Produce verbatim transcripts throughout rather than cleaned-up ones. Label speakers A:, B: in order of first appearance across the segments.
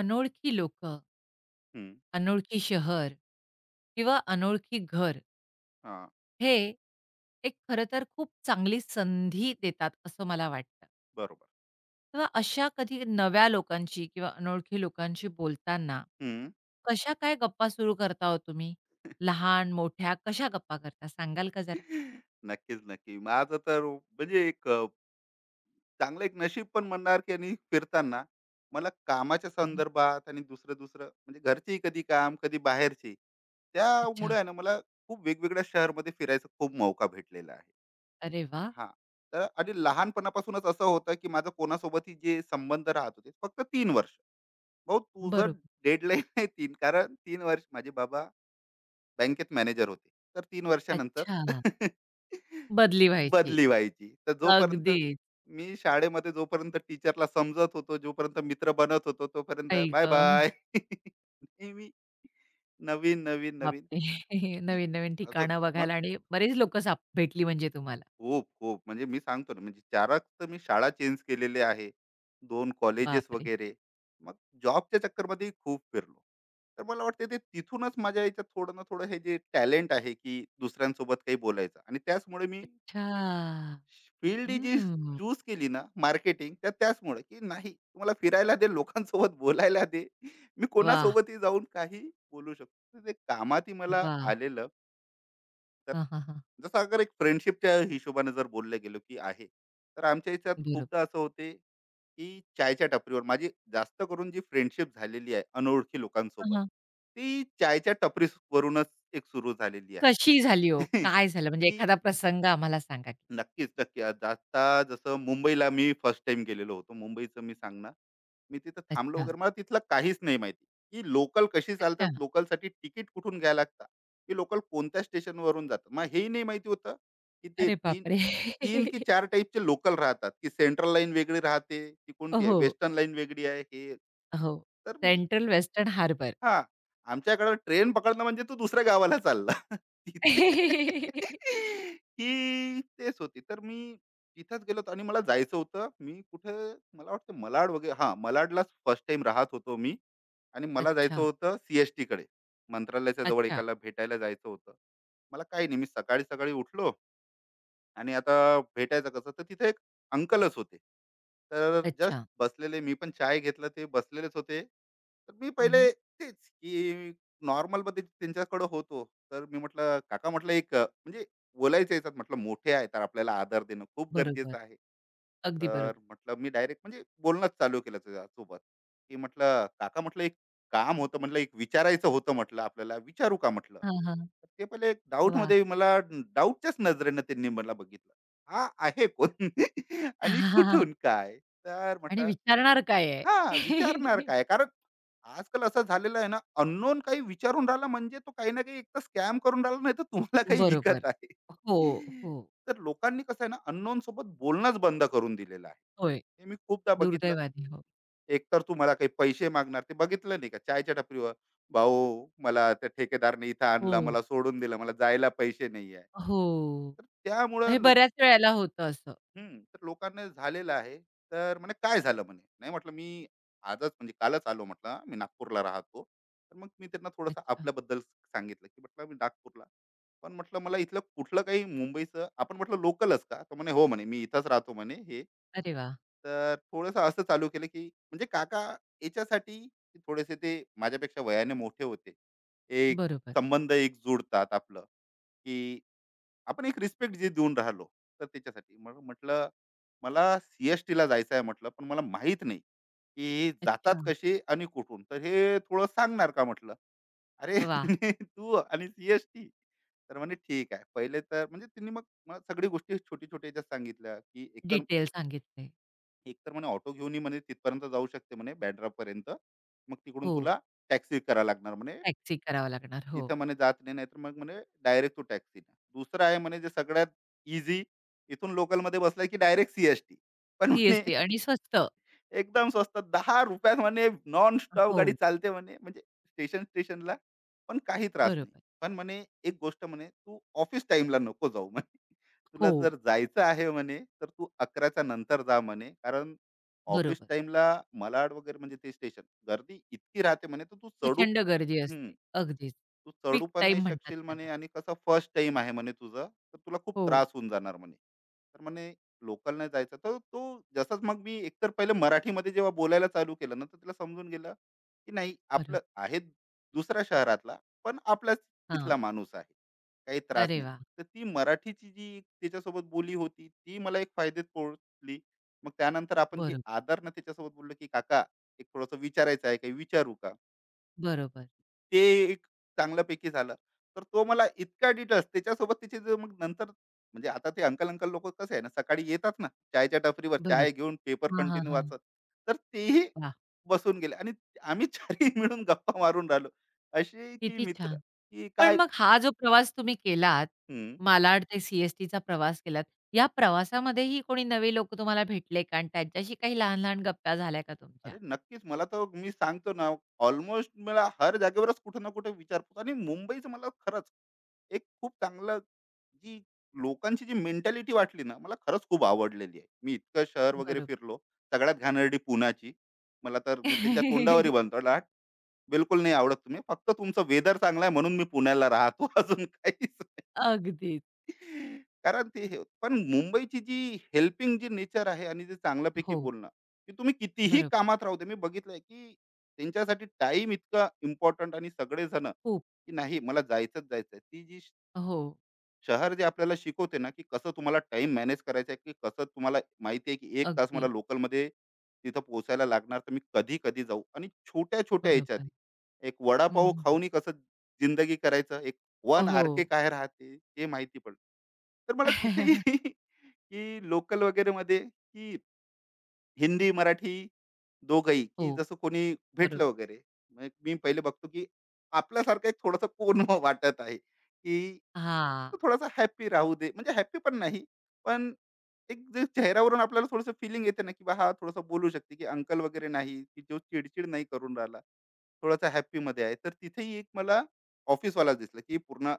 A: अनोळखी लोकं,
B: हं,
A: अनोळखी शहर किंवा अनोळखी घर
B: हां,
A: हे एक खरं तर खूप चांगली संधी देतात असं मला वाटतं.
B: बरोबर.
A: तेव्हा अशा कधी नव्या लोकांशी किंवा अनोळखी लोकांशी बोलताना
B: हं.
A: कशा काय गप्पा सुरू करता हो तुम्ही? लहान, मोठ्या कशा गप्पा करता सांगाल का जरा?
B: नक्कीच, नक्की. माझं तर म्हणजे एक अ, चांगलं एक नशीब पण म्हणणार, की आणि फिरताना मला कामाच्या
A: हं,
B: संदर्भात आणि दुसरं-दुसरं म्हणजे घरचेही कधी काम, कधी बाहेरचे.
A: अच्छा.
B: त्यामुळे आहे ना मला खूप वेगवेगळ्या शहरमध्ये फिरायचा खूप मौका भेटलेला आहे.
A: अरे वाह!
B: हां, तर आणि लहानपणापासूनच असं होतं, की माझं कोणासोबतही जे संबंध राहत होते, फक्त तीन वर्ष. भाऊ तुझं
A: बरोबर.
B: डेडलाईन आहे तीन, कारण तीन वर्ष माझे बाबा बँकेत मॅनेजर होते. तर तीन वर्षानंतर
A: अच्छा. बदली व्हायची.
B: बदली व्हायची. तर जोपर्यंत
A: अगदीच.
B: मी शाळेमध्ये, जोपर्यंत टीचरला समजत होतो, जोपर्यंत मित्र बनत होतो, तोपर्यंत
A: आई गं!
B: बाय-बाय. नेहमी नवीन, नवीन, नवीन.
A: बापरे!
B: ती
A: नवीन-नवीन
B: आता
A: ठिकाणं
B: मग
A: बघायला आणि बरीच लोकं साप भेटली म्हणजे तुम्हाला.
B: खूप खूप म्हणजे मी सांगतो ना, म्हणजे चाराच तर मी शाळा चेंज केलेले आहे, दोन कॉलेजेस
A: बापरे!
B: वगैरे. मग जॉबच्या चक्करमध्ये खूप फिरलो. तर मला वाटतं ते तिथूनच माझ्या याच्यात थोडं ना थोडं हे जे टॅलेंट आहे की दुसऱ्यांसोबत काही बोलायचं, आणि त्याचमुळे मी
A: अच्छा.
B: फील्ड जी
A: हम्म.
B: चूज केली ना मार्केटिंग, तर त्याचमुळे की नाही तुम्हाला फिरायला दे, लोकांसोबत बोलायला दे. मी
A: वाह!
B: कोणासोबतही जाऊन काही बोलू शकतो, तर ते कामातही मला
A: वाह!
B: आलेलं. तर
A: हां, हां, हां.
B: जसं अगर एक फ्रेंडशिपच्या हिशोबाने जर बोलले गेलो की आहे, तर आमच्या याच्यात खूपदा
A: बरोबर.
B: असं होते की चायच्या टपरीवर माझी जास्त करून जी फ्रेंडशिप झालेली आहे अनोळखी
A: हां,
B: लोकांसोबत,
A: हां.
B: ती चायच्या टपरीवरूनच एक सुरू झालेली आहे.
A: कशी झाली हो? काय झालं? म्हणजे
B: की
A: एखादा प्रसंग आम्हाला सांगा की?
B: नक्कीच, नक्की. आज आता जसं मुंबईला मी फर्स्ट टाईम गेलेलो होतो. मुंबईचं मी सांगणार. मी तिथं थांबलो
A: अच्छा.
B: वगैरे. मला तिथलं काहीच नाही माहिती, की लोकल कशी चालतात,
A: अच्छा.
B: लोकलसाठी तिकीट कुठून घ्यायला लागतं, की लोकल कोणत्या स्टेशनवरून जातं. मग हेही नाही माहिती होतं, की ते
A: अरे
B: 3
A: बापरे!
B: 3 की चार टाईपचे लोकल राहतात, की सेंट्रल लाईन वेगळी राहते, की कोणती आहे,
A: हो,
B: वेस्टर्न लाईन वेगळी आहे, हे.
A: हो.
B: तर मी
A: सेंट्रल वेस्टर्न हार्बर.
B: हां. आमच्याकडे ट्रेन पकडणं म्हणजे तू दुसऱ्या गावाला चालला. तिथे ही तेच होती. तर मी तिथेच गेलो होतो आणि मला जायचं होतं. मी कुठे, मला वाटतं मलाड वगैरे. हां, मलाडलाच फर्स्ट टाइम राहत होतो मी, आणि मला जायचं
A: अच्छा,
B: होतं सी कड़े, टीकडे मंत्रालयाच्या जवळ
A: अच्छा,
B: एकाला भेटायला जायचं होतं. मला काही नाही, मी सकाळी-सकाळी उठलो आणि आता भेटायचं कसं, तर तिथे एक अंकलच होते. तर जस्ट
A: अच्छा.
B: बसलेले, मी पण चाय घेतला, ते बसलेलेच होते. तर मी
A: हं,
B: पहिले तेच की नॉर्मलमध्ये त्यांच्याकडे होतो. तर मी म्हटलं, "काका" म्हटलं, "एक अ, म्हणजे बोलायचं याच्यात" म्हटलं, "मोठे आहे तर आपल्याला आदर देणं खूप
A: बरोबर.
B: गरजेचं आहे."
A: अगदी
B: तर
A: बरोबर.
B: म्हटलं मी डायरेक्ट म्हणजे बोलणंच चालू केलं त्याच्यासोबत की म्हटलं, "काका" म्हटलं, "एक काम होतं" म्हटलं, "एक विचारायचं होतं" म्हटलं, "आपल्याला, विचारू का?" म्हटलं.
A: हां, हां.
B: ते पहिले एक डाऊट
A: वाह!
B: मध्ये, मला डाऊटच्याच नजरेनं त्यांनी मला बघितलं, हा आहे कोण आणि कुठून काय. तर
A: आणि
B: म्हटलं,
A: विचारणार काय आहे?
B: हा विचारणार काय, कारण आजकाल असं झालेलं आहे ना, अननोन काही विचारून राहिला म्हणजे तो काही ना काही, एक तर स्कॅम करून राहिला, नाही तर तुम्हाला काही विकत
A: बरोबर.
B: आहे.
A: हो, हो.
B: तर लोकांनी कसं आहे ना, अननोन सोबत बोलणंच बंद करून दिलेलं
A: होय.
B: आहे. हे मी खूपदा बघितलं.
A: दुर्दैवाने हो.
B: एकतर तू मला काही पैसे मागणार, ते बघितलं नाही का चायच्या टपरीवर, भाऊ मला त्या ठेकेदारने इथं आणलं,
A: हो,
B: मला सोडून दिलं, मला जायला पैसे नाही आहे.
A: हो.
B: तर त्यामुळं
A: हे
B: लोक,
A: बऱ्याच वेळेला होतं असं.
B: हम्म तर लोकांना झालेलं आहे. तर म्हणे काय झालं, म्हणे नाही, म्हटलं मी आजच म्हणजे कालच आलो, म्हटलं मी नागपूरला राहतो. तर मग मी त्यांना थोडंसं
A: अच्छा.
B: आपल्याबद्दल सांगितलं की म्हटलं मी नागपूरला, पण म्हटलं मला इथलं कुठलं काही मुंबईचं आपण, म्हटलं लोकलच का, तर म्हणे हो, म्हणे मी इथंच राहतो, म्हणे हे.
A: अरे वा,
B: तर थोडंसं असं चालू केलं की म्हणजे काका, याच्यासाठी की थोडेसे ते माझ्यापेक्षा वयाने मोठे होते, एक
A: बरोबर.
B: संबंध एक जुडतात आपलं, की आपण एक रिस्पेक्ट जे देऊन राहिलो. तर त्याच्यासाठी मग म्हटलं, मला सीएसटी ला जायचं आहे म्हटलं, पण मला माहित नाही की जातात
A: अच्छा.
B: कसे आणि कुठून, तर हे थोडं सांगणार का म्हटलं. अरे
A: वा,
B: तू आणि सीएसटी, तर म्हणे ठीक आहे पहिले, तर म्हणजे त्यांनी मग मला सगळी गोष्टी छोटी छोटी याच्यात सांगितल्या की एक तर,
A: डिटेल सांगितले.
B: एक तर म्हणे ऑटो घेऊनही म्हणे तिथपर्यंत जाऊ शकते, म्हणे बँड्रापर्यंत, मग तिकडून
A: हो.
B: तुला टॅक्सी करावं लागणार म्हणे.
A: टॅक्सी करावं लागणार. हो.
B: तिथं म्हणे जात नाही, नाहीतर मग म्हणे डायरेक्ट तू टॅक्सी, दुसरं आहे म्हणे जे सगळ्यात इझी, इथून लोकलमध्ये बसला की डायरेक्ट सीएसटी. पण म्हणे
A: सीएसटी आणि स्वस्त.
B: एकदम स्वस्त. दहा रुपयात म्हणे नॉन स्टॉप गाडी
A: हो,
B: चालते म्हणे. म्हणजे स्टेशन स्टेशनला पण काही त्रास नाही.
A: बरोबर.
B: पण म्हणे एक गोष्ट म्हणे, "तू ऑफिस टाईमला नको जाऊ" म्हणे.
A: हो,
B: "तुला जर जायचं आहे" म्हणे, "तर तू 11च्या नंतर जा" म्हणे. "कारण ऑफिस
A: बरोबर.
B: टाईमला मलाड वगैरे म्हणजे ते स्टेशन, गर्दी इतकी राहते" म्हणे, "तर तू चढू,
A: प्रचंड गर्दी असते. अगदीच.
B: तू
A: पीक
B: चढू पण नाही
A: टाईम म्हणतात
B: शकशील" म्हणे,
A: त्याला.
B: "आणि कसं फर्स्ट टाइम आहे" म्हणे "तुझं, तर तुला खूप
A: हो,
B: त्रास होऊन जाणार" म्हणे. तर म्हणे लोकलने जायचं, तर तो जसंच मग मी एकतर पहिले मराठीमध्ये जेव्हा बोलायला चालू केलं ना, तर तिला समजून गेलं की नाही, आपलं
A: बरोबर.
B: आहे दुसऱ्या शहरातला, पण आपलाच
A: हां.
B: इथला माणूस आहे, काही त्रास
A: अरे
B: नाही.
A: वाह!
B: तर ती मराठीची जी त्याच्यासोबत बोली होती, ती मला एक फायदेत पोहोचली. मग त्यानंतर आपण जी
A: बरोबर,
B: आदरनं त्याच्यासोबत बोललो की काका, एक थोडंसं विचारायचं आहे, काही विचारू का,
A: बरोबर,
B: ते एक चांगल्यापैकी झालं. तर तो मला इतका डिटेल्स त्याच्यासोबत, तिचे जे मग नंतर, म्हणजे आता ते अंकल-अंकल लोकं कसं आहे ना, सकाळी येतात ना, चायच्या टपरीवर चाय
A: बरोबर.
B: घेऊन पेपर
A: हां, हां,
B: कंटिन्यू
A: हां.
B: वाचत. तर तेही
A: वाह!
B: बसून गेले आणि आम्ही 4ही मिळून गप्पा मारून राहिलो. असे की
A: किती
B: मित्र,
A: छान.
B: की
A: पण
B: काय.
A: मग हा जो प्रवास तुम्ही केलात,
B: हं.
A: मालाड ते सी प्रवास केलात. या प्रवासामध्येही कोणी नवे लोकं तुम्हाला भेटले का? आणि त्यांच्याशी काही लहान-लहान गप्पा झाल्या का तुमच्या?
B: अरे नक्कीच. मला तर मी सांगतो ना, ऑलमोस्ट मला हर जागेवरच कुठं ना कुठे विचारपूस. आणि मुंबईचं मला खरंच एक खूप चांगलं, जी लोकांची जी मेंटॅलिटी वाटली ना, मला खरंच खूप आवडलेली आहे. मी इतकं शहर वगैरे
A: बरोबर.
B: फिरलो. सगळ्यात घाणेरडी पुण्याची. मला तर मी त्यांच्या तोंडावरही बनतो. लाट बिलकुल नाही आवडत तुम्ही. फक्त तुमचं वेदर चांगला आहे म्हणून मी पुण्याला राहतो. अजून काहीच नाही.
A: अगदीच.
B: कारण ते हे होतं. पण मुंबईची जी हेल्पिंग जी नेचर आहे आणि जे चांगल्यापैकी
A: हो,
B: बोलणं, की तुम्ही कितीही
A: बरोबर.
B: कामात राहू दे. मी बघितलंय की त्यांच्यासाठी टाईम इतका इम्पोर्टंट, आणि सगळेजण,
A: खूप.
B: की नाही मला जायचंच जायचंय. ती जी
A: हो,
B: शहर जे आपल्याला शिकवते ना, की कसं तुम्हाला टाइम मॅनेज करायचा आहे, की कसं तुम्हाला माहिती आहे, की एक तास
A: अगदी.
B: मला लोकलमध्ये तिथं पोहोचायला लागणार, तर मी कधी-कधी जाऊ, आणि छोट्या-छोट्या ह्याच्यात
A: बरोबर.
B: एक
A: हं,
B: वडापाव
A: हं, हं.
B: खाऊनही कसं जिंदगी करायचं, एक वन
A: हो.
B: आर-के काय राहते, हे माहिती पडलं. तर मला तिथेही की लोकल वगैरेमध्ये, की हिंदी, मराठी दोघंही,
A: हो,
B: की जसं कोणी
A: बरोबर.
B: भेटलं वगैरे, मग मी पहिले बघतो की आपल्यासारखा एक थोडासा कोण वाटत आहे, की
A: हा,
B: तो थोडासा हॅपी राहू दे. म्हणजे हॅपी पण नाही, पण एक जे चेहऱ्यावरून आपल्याला थोडंसं फीलिंग येते ना, की बा हा थोडासा बोलू शकते, की अंकल वगैरे नाही, की जो चिड नाही करून राहिला, थोडासा हॅपीमध्ये आहे. तर तिथेही एक मला ऑफिसवाला दिसला, की पूर्ण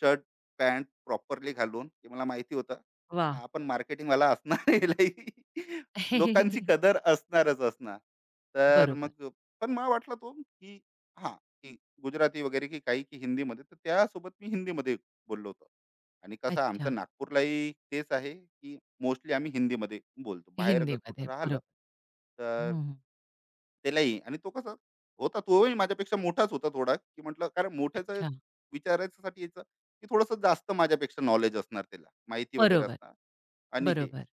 B: शर्ट, पॅन्ट प्रॉपरली घालून. की मला माहिती होतं,
A: वा
B: हा पण मार्केटिंगवाला असणार, यालाही लोकांची कदर असणारच असणार. तर
A: बरोबर.
B: मग पण मला वाटला तो, की हां, की गुजराती वगैरे की काही की हिंदीमध्ये. तर त्यासोबत मी हिंदीमध्ये बोललो होतो. आणि कसं आमचं
A: अच्छा.
B: नागपूरलाही तेच आहे, की मोस्टली आम्ही हिंदीमध्ये बोलतो. बाहेर अगर कुठं
A: हिंदीमध्ये.
B: राहिलं,
A: बरोबर.
B: तर
A: हं,
B: त्यालाही. आणि तो कसा होता, तोही माझ्यापेक्षा मोठाच होता थोडा, की म्हटलं कारण मोठ्याचा
A: अच्छा.
B: विचारायसाठी यायचं, की थोडंसं जास्त माझ्यापेक्षा नॉलेज असणार, त्याला माहिती वगैरे
A: बरोबर,
B: असणार आणि हे.
A: बरोबर,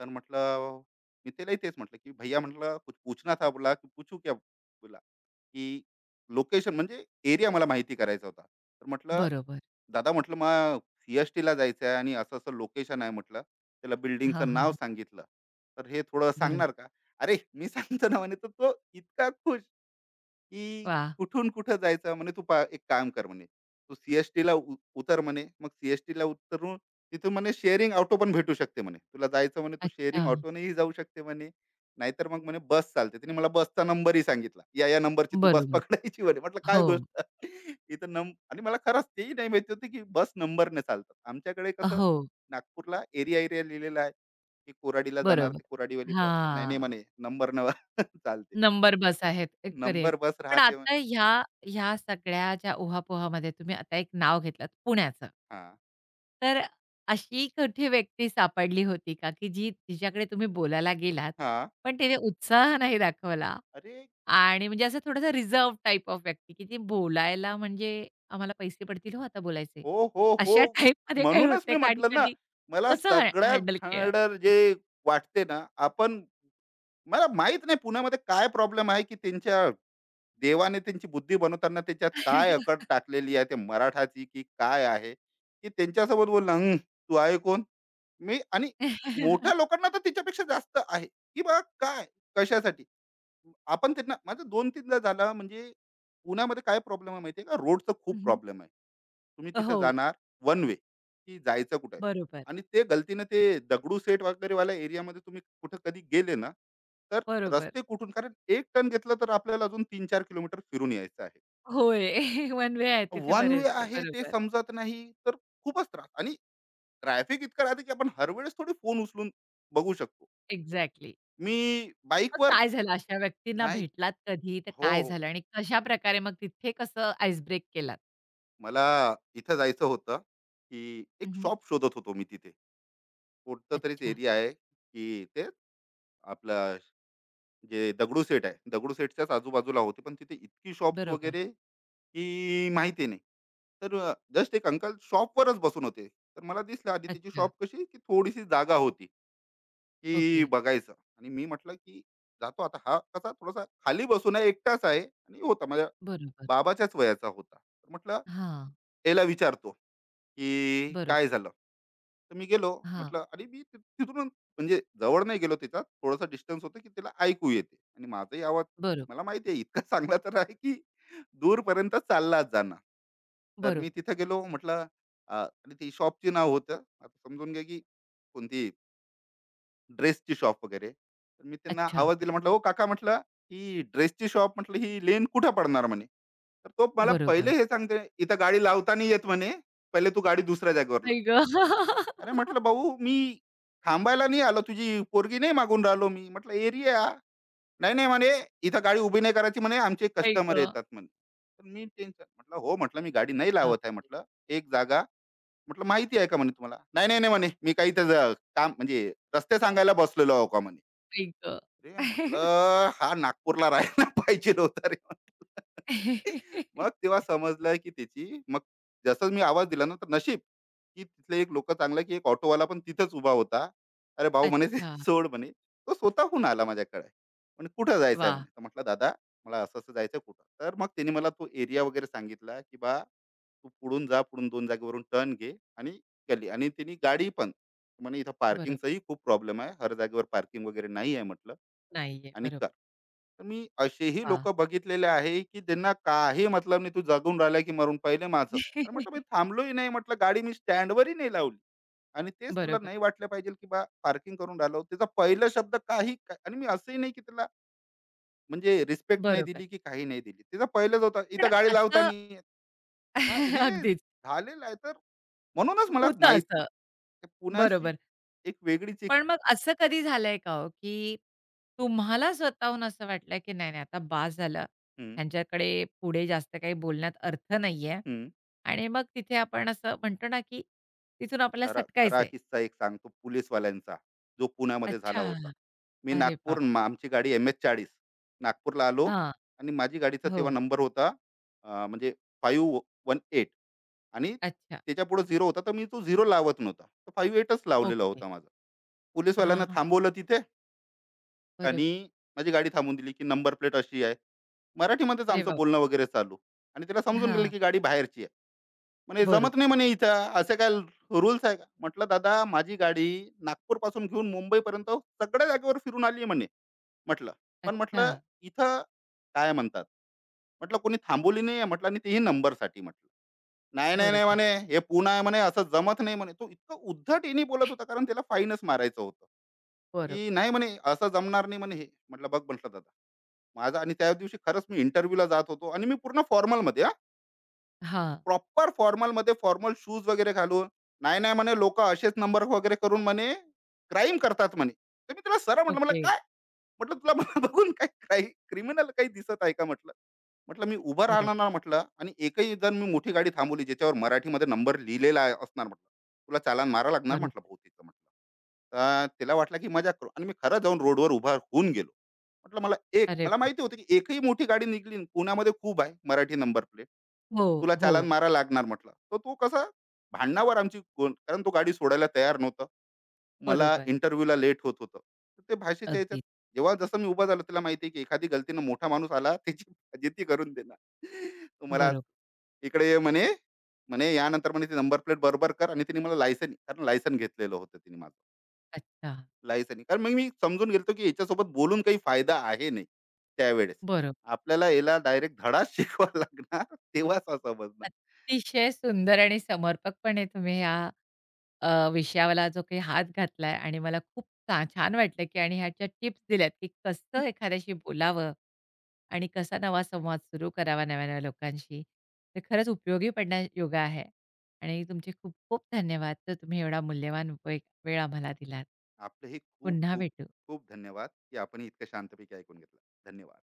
B: तर म्हटलं मी त्यालाही तेच म्हटलं की, "भैया" म्हटलं, "कुछ पूछना था", बोला "की पूछू क्या", बोला की लोकेशन म्हणजे एरिया मला माहिती करायचा होता, तर म्हटलं
A: बरोबर.
B: "दादा" म्हटलं, "मग सी एस टी ला जायचं आहे आणि असं असं लोकेशन आहे" म्हटलं त्याला
A: हां,
B: बिल्डिंगचं
A: हां,
B: नाव
A: हां.
B: सांगितलं, "तर हे थोडं
A: बरोबर.
B: सांगणार का?" अरे मी सांगतो ना म्हणे, तर तो इतका खुश, की
A: वाह!
B: कुठून कुठं जायचं म्हणे, तू पा एक काम कर म्हणे, तू सीएसटी ला उ- उतर म्हणे, मग सीएसटी ला उतरून तिथून म्हणे शेअरिंग ऑटो पण भेटू शकते, म्हणे तुला जायचं म्हणे तू
A: अच्छा.
B: शेअरिंग ऑटोनेही जाऊ शकते म्हणे. नाहीतर मग म्हणे बस चालते, तिने मला बसचा नंबरही सांगितला, या या नंबरची तू बस
A: बरोबर.
B: पकडायची म्हणे, म्हटलं काय
A: हो,
B: गोष्ट. इथं नंब, आणि मला खरंच तेही नाही माहिती होती की बस नंबरने चालतात, आमच्याकडे कसं
A: हो.
B: नागपूरला एरिया एरिया लिहिलेला आहे, की कोराडीला जाणार
A: बरोबर.
B: ते कोराडीवाली बस, नाही नाही
A: हां.
B: म्हणे, नंबर न चालते,
A: नंबर बस आहेत. एक
B: नंबर
A: करेक्ट.
B: बस
A: पण
B: राहते.
A: आता ह्या ह्या सगळ्या ज्या उहापोहामध्ये तुम्ही आता एक नाव घेतलत पुण्याचं.
B: हां,
A: तर अशी कुठे व्यक्ती सापडली होती का, की जी तिच्याकडे तुम्ही बोलायला गेलात,
B: हां.
A: पण तिने उत्साह नाही दाखवला
B: अरे,
A: आणि म्हणजे असं थोडासा रिझर्व्ह टाइप ऑफ व्यक्ती, की ती बोलायला म्हणजे आम्हाला पैसे पडतील हो आता बोलायचे.
B: हो, हो,
A: अशा
B: हो.
A: टाइपमध्ये काही
B: म्हणूनच
A: होते
B: मी
A: का आणि
B: म्हटलं ना,
A: कधी
B: मला
A: कसं हॅ
B: सगळ्यात
A: हँडल केलं?
B: घाणेरडं जे वाटते ना, आपण, मला माहीत नाही पुण्यामध्ये काय प्रॉब्लेम आहे, की त्यांच्या देवाने त्यांची बुद्धी बनवताना त्याच्यात काय अकड टाकलेली आहे, ते मराठाची की काय आहे, की त्यांच्यासोबत बोलणं, "हं, तू आहे कोण?" मी आणि मोठ्या लोकांना तर तिच्यापेक्षा जास्त आहे, की बा काय, कशासाठी? आपण त्यांना, माझं दोन-तीनदा झालं म्हणजे, उन्हामध्ये काय प्रॉब्लेम आहे माहिती आहे का? रोडचा
A: हं,
B: खूप
A: हं.
B: प्रॉब्लेम आहे. तुम्ही तिथं
A: हो,
B: जाणार, वन वे की जायचं कुठे,
A: बरोबर,
B: आणि ते गलतीनं ते दगडूशेठ वगैरेवाल्या एरियामध्ये तुम्ही कुठं कधी गेले ना, तर
A: बरोबर.
B: रस्ते कुठून, कारण एक टर्न घेतला तर आपल्याला अजून तीन चार किलोमीटर फिरून यायचं आहे.
A: होय. वन वे आहेत तिथे
B: वन वे
A: बरेचसे.
B: आहे ते
A: बरोबर.
B: समजत नाही, तर खूपच त्रास, आणि ट्रॅफिक इतकं राहते की आपण हर थोडी फोन उचलून बघू शकतो.
A: एक्झॅक्टली.
B: मी
A: मग
B: बाईकवर
A: काय झालं अशा व्यक्तींना
B: नाही.
A: भेटलात कधी? तर
B: हो,
A: काय
B: हो.
A: झालं आणि कशाप्रकारे मग तिथे कसं आईस ब्रेक केलात?
B: मला इथं जायचं होतं की एक
A: हं,
B: शॉप शोधत होतो मी तिथे. कोणतं तरीच
A: अच्छा.
B: एरिया आहे की ते आपलं जे दगडू सेट आहे, दगडू सेटच्याच आजूबाजूला होते, पण तिथे इतकी शॉप्स
A: बरोबर.
B: वगैरे की माहिती नाही. तर जस्ट एक अंकल शॉपवरच बसून होते, तर मला दिसलं आधी तिची
A: अच्छा.
B: शॉप कशी की थोडीशी जागा होती
A: ओके.
B: की बघायचं, आणि मी म्हटलं की जातो आता. हा कसा थोडासा खाली बसून आहे, एकटाच आहे आणि होता माझ्या
A: बरोबर.
B: बाबाच्याच वयाचा होता, तर म्हटलं
A: हां.
B: याला विचारतो की काय
A: बरोबर.
B: झालं. तर मी गेलो
A: हां.
B: म्हटलं, आणि मी ति- तिथून म्हणजे जवळ नाही गेलो, तिचा थोडासा डिस्टन्स होतं की तिला ऐकू येते आणि माझाही आवाज
A: बरोब
B: मला माहिती आहे इतका चांगला तर आहे की दूरपर्यंत चाललाच जाणार. तर मी
A: बरोबर.
B: तिथं गेलो म्हटलं, अ, आणि ती शॉपची नाव होतं, आता समजून घ्या की कोणती ड्रेसची शॉप वगैरे. तर मी त्यांना
A: अच्छा.
B: आवाज दिला, म्हटलं हो काका, म्हटलं ही ड्रेसची शॉप, म्हटलं ही लेन कुठं पडणार म्हणे. तर तो मला पहिले
A: बरोबर.
B: हे सांगते, इथं गाडी लावताना येत म्हणे, पहिले तू गाडी दुसऱ्या जागेवर लाव.
A: आई गं!
B: अरे म्हटलं भाऊ, मी थांबायला नाही आलो, तुझी पोरगी नाही मागून राहिलो मी, म्हटलं एरिया. नाही नाही म्हणे, इथं गाडी उभी नाही करायची म्हणे, आमचे
A: आई
B: कस्टमर
A: गं!
B: येतात म्हणे. तर मी टेन्शन, म्हटलं हो, म्हटलं मी गाडी नाही
A: बाप
B: लावत आहे, म्हटलं एक जागा म्हटलं माहिती आहे का. म्हणे तुम्हाला नाही नाही नाही म्हणे, मी काही इथं ज- काम म्हणजे रस्ते सांगायला बसलेलो आहो का म्हणे.
A: आई गं!
B: अरे म्हटलं, हा नागपूरला राहायला पाहिजे नव्हता रे म्हटलं. मग तेव्हा समजलं की त्याची मग, जसं मी आवाज दिला ना, तर नशीब की तिथले एक लोक चांगलं की एक ऑटोवाला पण तिथंच उभा होता. अरे भाऊ म्हणे ते
A: अच्छा.
B: सोड म्हणे. तो स्वतःहून आला माझ्याकडे, म्हणे कुठं जायचं आहे
A: वाह!
B: म्हणे. तर म्हटलं दादा मला असं असं जायचं कुठं. तर मग त्यांनी मला तो एरिया वगैरे सांगितला की बा तू पुढून जा, पुढून दोन जागेवरून टर्न घे आणि गली. आणि त्यांनी गाडी पण म्हणे इथं
A: बरोबर.
B: पार्किंगचाही खूप प्रॉब्लेम आहे, हर जागेवर पार्किंग वगैरे नाही आहे म्हटलं
A: नाहीये.
B: आणि कर.
A: बरोबर.
B: तर मी असेही लोक
A: वाह!
B: बघितलेले आहे, की ज्यांना काही मतलब नाही, तू जगून राहिला की मरून पहिले माझं. अरे म्हटलं मी थांबलोही नाही, म्हटलं गाडी मी स्टँडवरही नाही लावली, आणि तेच तुला
A: बरोबर,
B: नाही वाटलं पाहिजे, की बा पार्किंग करून राहिलो. त्याचा पहिला शब्द काही का- आणि मी असंही नाही, की त्याला म्हणजे रिस्पेक्ट नाही
A: बरोबर.
B: दिली, की काही नाही दिली. त्याचा पहिलाच होता,
A: पण
B: "इथं गाडी लावता
A: असं
B: नाही येत." हां, हे
A: अगदीच
B: झालेलं आहे, तर म्हणूनच मला
A: होतं
B: माहिती.
A: असं.
B: पुण्याची
A: बरोबर.
B: एक वेगळीच एक.
A: पण मग असं कधी झालंय का हो, की तुम्हाला स्वतःहून असं वाटलं, की नाही, नाही आता बास झालं.
B: हं,
A: ह्यांच्याकडे पुढे जास्त काही बोलण्यात अर्थ नाहीये
B: हं.
A: आणि मग तिथे आपण असं म्हणतो ना, की तिथून आपल्याला
B: खरा खरा
A: सटकायचंय.
B: किस्सा एक सांगतो पोलीसवाल्यांचा, जो पुण्यामध्ये झाला होता.
A: अच्छा.
B: मी
A: अरे
B: नागपूर
A: बाप!
B: मा- आमची गाडी एम एच चाळीस, नागपूरला आलो,
A: हां.
B: आणि माझी गाडीचा तेव्हा
A: हो.
B: नंबर होता अं, म्हणजे फाईव्ह वन एट, आणि
A: अच्छा.
B: त्याच्या पुढे झिरो होता, तर मी तो झिरो लावत नव्हता, तर फाईव्ह एटच लावलेला
A: ओके.
B: होता माझा.
A: हां,
B: पोलीसवाल्यांना
A: हां.
B: थांबवलं तिथे,
A: बरोबर.
B: आणि माझी गाडी थांबून दिली की नंबर प्लेट अशी आहे. मराठीमध्येच
A: अरे
B: आमचं
A: बाप!
B: बोलणं वगैरे चालू, आणि त्याला समजून गेलं
A: हां.
B: की गाडी बाहेरची आहे. म्हणे
A: बरोबर.
B: जमत नाही, म्हणे इथं असे काय रूल्स आहे का. म्हटलं दादा माझी गाडी नागपूर पासून घेऊन मुंबईपर्यंत सगळ्या जागेवर फिरून आली म्हणे, म्हटलं. पण
A: अच्छा.
B: म्हटलं इथं काय म्हणतात, म्हटलं कोणी थांबवली नाही, म्हटलं आणि तेही नंबरसाठी म्हटलं. नाही नाही नाही
A: बरोबर.
B: म्हणे, हे पुणे आहे म्हणे, असं जमत नाही म्हणे. तो इतकं उद्धट येणे बोलत होता, कारण त्याला फाईनच मारायचं होतं
A: बरोबर.
B: की नाही. म्हणे असं जमणार नाही म्हणे, हे म्हटलं बघ म्हटलं दादा. माझा, आणि त्या दिवशी खरंच मी इंटरव्ह्यूला जात होतो, आणि मी पूर्ण फॉर्मलमध्ये,
A: हां.
B: प्रॉपर फॉर्मलमध्ये, फॉर्मल शूज वगैरे घालून. नाही, नाही म्हणे, लोकं असेच नंबर वगैरे करून म्हणे क्राईम करतात म्हणे. तर मी त्याला सरळ म्हटलं, "म्हटलं
A: ओके.
B: काय?" म्हटलं, "तुला मला बघून काय काही क्रिमिनल काही दिसत आहे का?" म्हटलं. म्हटलं, "मी उभं राहणार ना,"
A: बरोबर.
B: म्हटलं, "आणि एकही जण मी मोठी गाडी थांबवली ज्याच्यावर मराठीमध्ये नंबर लिहिलेला आहे- असणार," म्हटलं, "तुला चालान मारा लागणार,"
A: बरोबर.
B: म्हटलं, "भाऊ म्हटलं. तर त्याला वाटलं की मजाक करू, आणि मी खरं जाऊन रोडवर उभा होऊन गेलो. म्हटलं, "मला एक"
A: अरे
B: मला
A: बाप!
B: माहिती होती की एकही मोठी गाडी निघाली, पुण्यामध्ये खूप आहे मराठी नंबर प्लेट.
A: हो,
B: तुला
A: हो.
B: चालान मारा लागणार म्हटलं. तर तो कसा भांडणावर आमची कोण, कारण तो गाडी सोडायला तयार नव्हता. मला
A: बरोबर.
B: इंटरव्ह्यूला लेट होत होतं. तर ते भाषेच्या ह्याच्यात,
A: अगदीच.
B: जेव्हा जसं मी उभा झालो, त्याला माहिती आहे की एखादी गलतीनं मोठा माणूस आला त्याची फजिती करून देणार. तो मला
A: बरोबर.
B: "इकडे ये" म्हणे, म्हणे "यानंतर म्हणे ती नंबर प्लेट बरोबर कर," आणि तिने मला लायसन, कारण लायसन घेतलेलं होतं तिने माझं.
A: अच्छा.
B: लायसन, कारण मग मी समजून गेलो की याच्यासोबत बोलून काही फायदा आहे नाही त्यावेळेस.
A: बरोबर.
B: आपल्याला याला डायरेक्ट धडाच शिकवावा लागणार, तेव्हा समजणार.
A: अतिशय सुंदर आणि समर्पकपणे तुम्ही ह्या अ, विषयाला जो काही हात घातलाय आणि मला खूप छा छान वाटलं, की आणि ह्याच्या टिप्स दिल्यात, की कसं एखाद्याशी बोलावं आणि कसा नवा संवाद सुरू करावा नव्या-नव्या लोकांशी. ते खरंच उपयोगी पडण्याजोगं आहे आणि तुमचे खूप खूप धन्यवाद. तर तुम्ही एवढा मूल्यवान वे वेळ आम्हाला दिलात.
B: आपले हे खूप
A: पुन्हा
B: खूप
A: भेटू.
B: खूप धन्यवाद की आपण हे इतकं शांतपैकी ऐकून घेतलं. धन्यवाद.